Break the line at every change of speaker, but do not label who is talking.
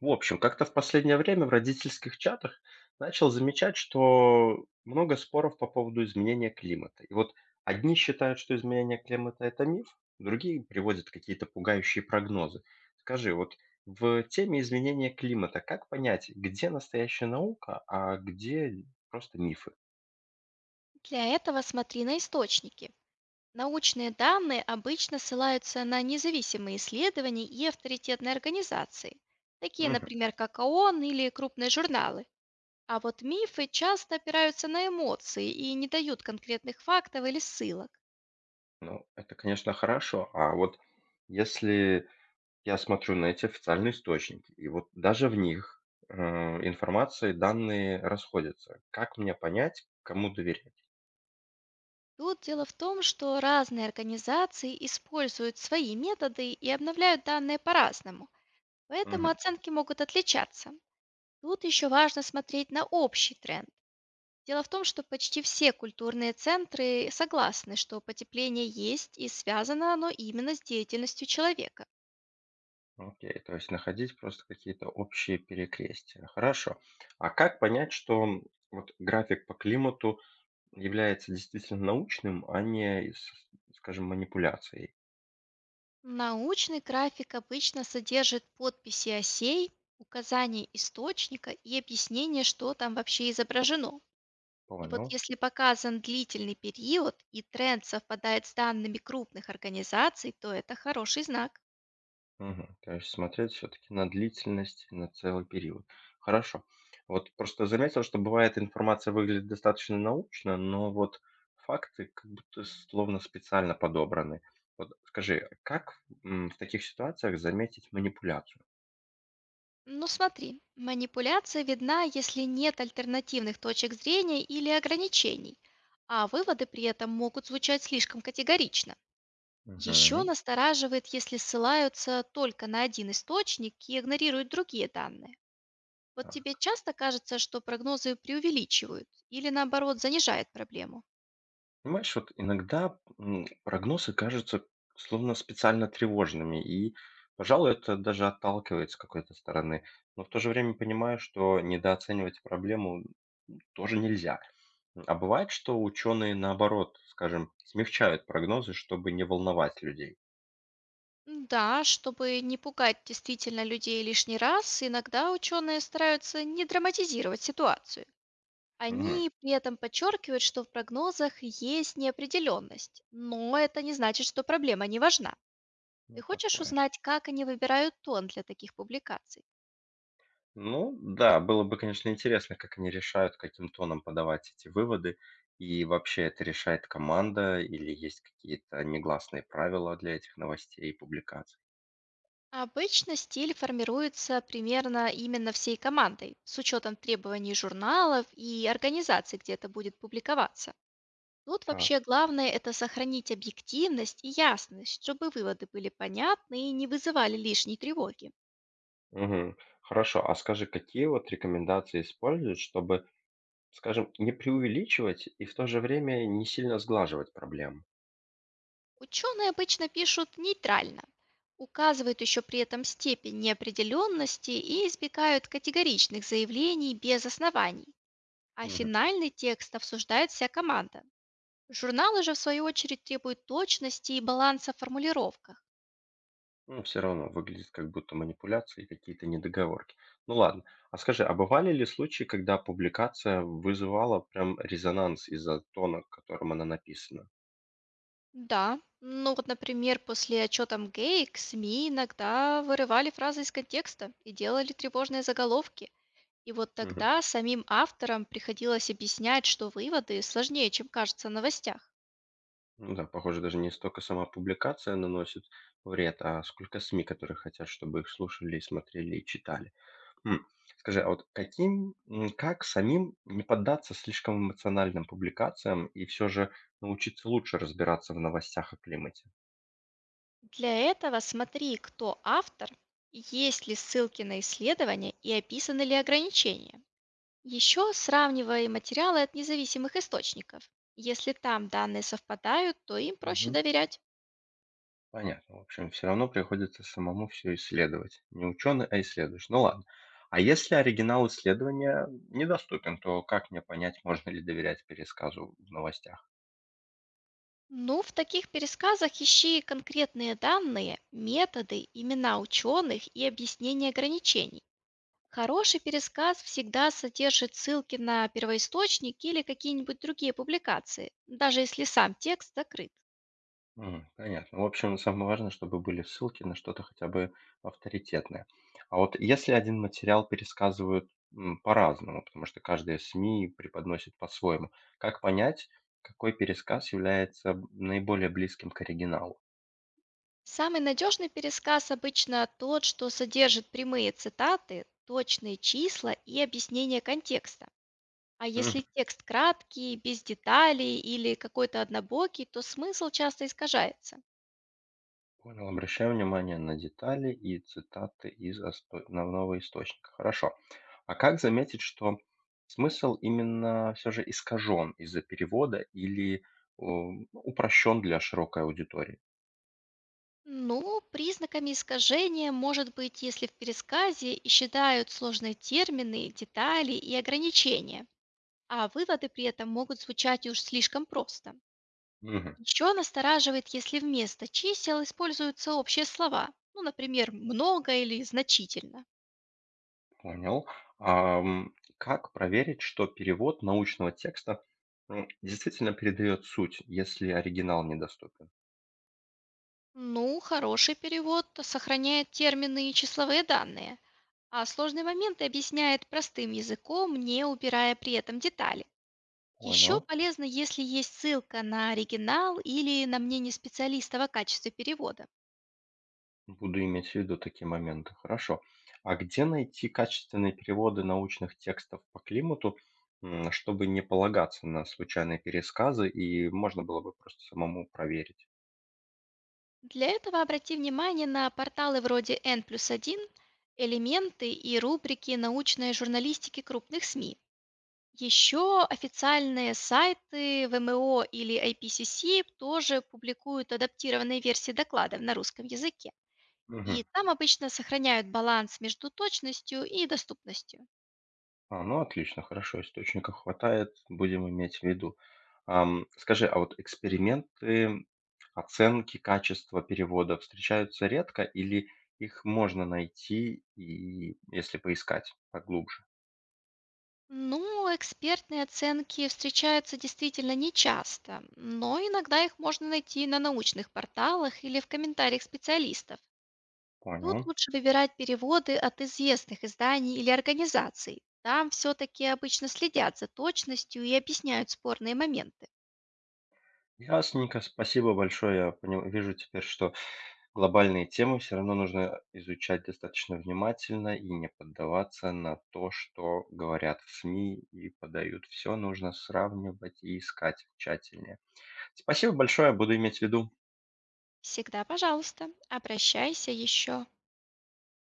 В общем, как-то в последнее время в родительских чатах начал замечать, что много споров по поводу изменения климата. И вот одни считают, что изменение климата– это миф, другие приводят какие-то пугающие прогнозы. Скажи, вот в теме изменения климата как понять, где настоящая наука, а где просто мифы?
Для этого смотри на источники. Научные данные обычно ссылаются на независимые исследования и авторитетные организации, такие,
Мгм.
например, как ООН или крупные журналы. А вот мифы часто опираются на эмоции и не дают конкретных фактов или ссылок.
Ну, это, конечно, хорошо. А вот если Я смотрю на эти официальные источники, и вот даже в них, информация и данные расходятся. Как мне понять, кому доверять?
Тут дело в том, что разные организации используют свои методы и обновляют данные по-разному, поэтому
Мгм.
оценки могут отличаться. Тут еще важно смотреть на общий тренд. Дело в том, что почти все культурные центры согласны, что потепление есть и связано оно именно с деятельностью человека.
Окей, то есть находить просто какие-то общие перекрестия. Хорошо. А как понять, что, вот график по климату является действительно научным, а не, с скажем, манипуляцией?
Научный график обычно содержит подписи осей, указание источника и объяснение, что там вообще изображено. И вот
Понял.
если показан длительный период и тренд совпадает с данными крупных организаций, то это хороший знак.
Мгм. То есть смотреть все-таки на длительность, на целый период. Хорошо. Вот просто заметил, что бывает информация выглядит достаточно научно, но вот факты как будто словно специально подобраны. Вот скажи, как в таких ситуациях заметить манипуляцию?
Ну смотри, манипуляция видна, если нет альтернативных точек зрения или ограничений, а выводы при этом могут звучать слишком категорично. Еще
Мгм.
настораживает, если ссылаются только на один источник и игнорируют другие данные. Вот тебе
Так.
часто кажется, что прогнозы преувеличивают или наоборот занижает проблему?
Понимаешь, вот иногда прогнозы кажутся словно специально тревожными, и, пожалуй, это даже отталкивает с какой-то стороны. Но в то же время понимаю, что недооценивать проблему тоже нельзя. А бывает, что ученые, наоборот, скажем, смягчают прогнозы, чтобы не волновать людей.
М, да, чтобы не пугать действительно людей лишний раз, иногда ученые стараются не драматизировать ситуацию.
Мгм.
Они при этом подчеркивают, что в прогнозах есть неопределенность, но это не значит, что проблема не важна.
Ну,
Ты хочешь
такое.
узнать, как они выбирают тон для таких публикаций?
Ну да, было бы, конечно, интересно, как они решают, каким тоном подавать эти выводы. И вообще, это решает команда или есть какие-то негласные правила для этих новостей и публикаций?
Обычно стиль формируется примерно именно всей командой, с учетом требований журналов и организаций, где это будет публиковаться. Тут вообще
Так,
главное это сохранить объективность и ясность, чтобы выводы были понятны и не вызывали лишней тревоги.
мгм. Хорошо. А скажи, какие вот рекомендации используют, чтобы, скажем, не преувеличивать и в то же время не сильно сглаживать проблему?
Ученые обычно пишут нейтрально, указывают еще при этом степень неопределенности и избегают категоричных заявлений без оснований, а финальный текст обсуждает вся команда. Журналы же, в свою очередь, требуют точности и баланса в формулировках.
Ну, все равно выглядит как будто манипуляции и какие-то недоговорки. Ну ладно. А скажи, а бывали ли случаи, когда публикация вызывала прям резонанс из-за тона, которым она написана?
Да, ну вот, например, после отчета МГЭИК СМИ иногда вырывали фразы из контекста и делали тревожные заголовки. И вот
Мгм.
тогда самим авторам приходилось объяснять, что выводы сложнее, чем кажется в новостях.
Ну да, похоже, даже не столько сама публикация наносит вред, а сколько СМИ, которые хотят, чтобы их слушали, и смотрели и читали. М. Скажи, а вот как самим не поддаться слишком эмоциональным публикациям и все же научиться лучше разбираться в новостях о климате?
Для этого смотри, кто автор, есть ли ссылки на исследования и описаны ли ограничения. Еще сравнивай материалы от независимых источников. Если там данные совпадают, то им проще
Мгм.
доверять.
Понятно. В общем, все равно приходится самому все исследовать. Не ученый, а исследуешь. Ну ладно. А если оригинал исследования недоступен, то как мне понять, можно ли доверять пересказу в новостях?
Ну, в таких пересказах ищи конкретные данные, методы, имена ученых и объяснения ограничений. Хороший пересказ всегда содержит ссылки на первоисточник или какие-нибудь другие публикации, даже если сам текст закрыт.
Понятно. В общем, самое важное, чтобы были ссылки на что-то хотя бы авторитетное. А вот если один материал пересказывают, по-разному, потому что каждая СМИ преподносит по-своему, как понять, какой пересказ является наиболее близким к оригиналу?
Самый надежный пересказ обычно тот, что содержит прямые цитаты, точные числа и объяснение контекста. А если текст краткий, без деталей или какой-то однобокий, то смысл часто искажается.
Понял, обращаю внимание на детали и цитаты из основного источника. Хорошо. А как заметить, что смысл именно все же искажен из-за перевода или упрощен для широкой аудитории?
Ну, признаками искажения может быть, если в пересказе и считают сложные термины, детали и ограничения, а выводы при этом могут звучать уж слишком просто.
Мгм.
Еще настораживает, если вместо чисел используются общие слова, ну, например, много или значительно.
Понял. Как проверить, что перевод научного текста действительно передает суть, если оригинал недоступен?
Ну, хороший перевод сохраняет термины и числовые данные, а сложные моменты объясняет простым языком, не убирая при этом детали. Еще
Понял.
полезно, если есть ссылка на оригинал или на мнение специалистов о качестве перевода.
Буду иметь в виду такие моменты. Хорошо. А где найти качественные переводы научных текстов по климату, чтобы не полагаться на случайные пересказы и можно было бы просто самому проверить?
Для этого обрати внимание на порталы вроде N плюс 1, элементы и рубрики научной журналистики крупных СМИ. Еще официальные сайты ВМО или IPCC тоже публикуют адаптированные версии докладов на русском языке.
Мгм.
И там обычно сохраняют баланс между точностью и доступностью.
А, ну отлично, хорошо, источников хватает, будем иметь в виду. Скажи, а вот эксперименты, оценки качества перевода встречаются редко или их можно найти, и если поискать поглубже?
Ну, экспертные оценки встречаются действительно нечасто, но иногда их можно найти на научных порталах или в комментариях специалистов. Тут
Понял.
лучше выбирать переводы от известных изданий или организаций. Там все-таки обычно следят за точностью и объясняют спорные моменты.
Ясненько, спасибо большое. Я пони вижу теперь, что глобальные темы все равно нужно изучать достаточно внимательно и не поддаваться на то, что говорят в СМИ и подают. Все нужно сравнивать и искать тщательнее. Спасибо большое, буду иметь в виду.
Всегда, пожалуйста, обращайся еще.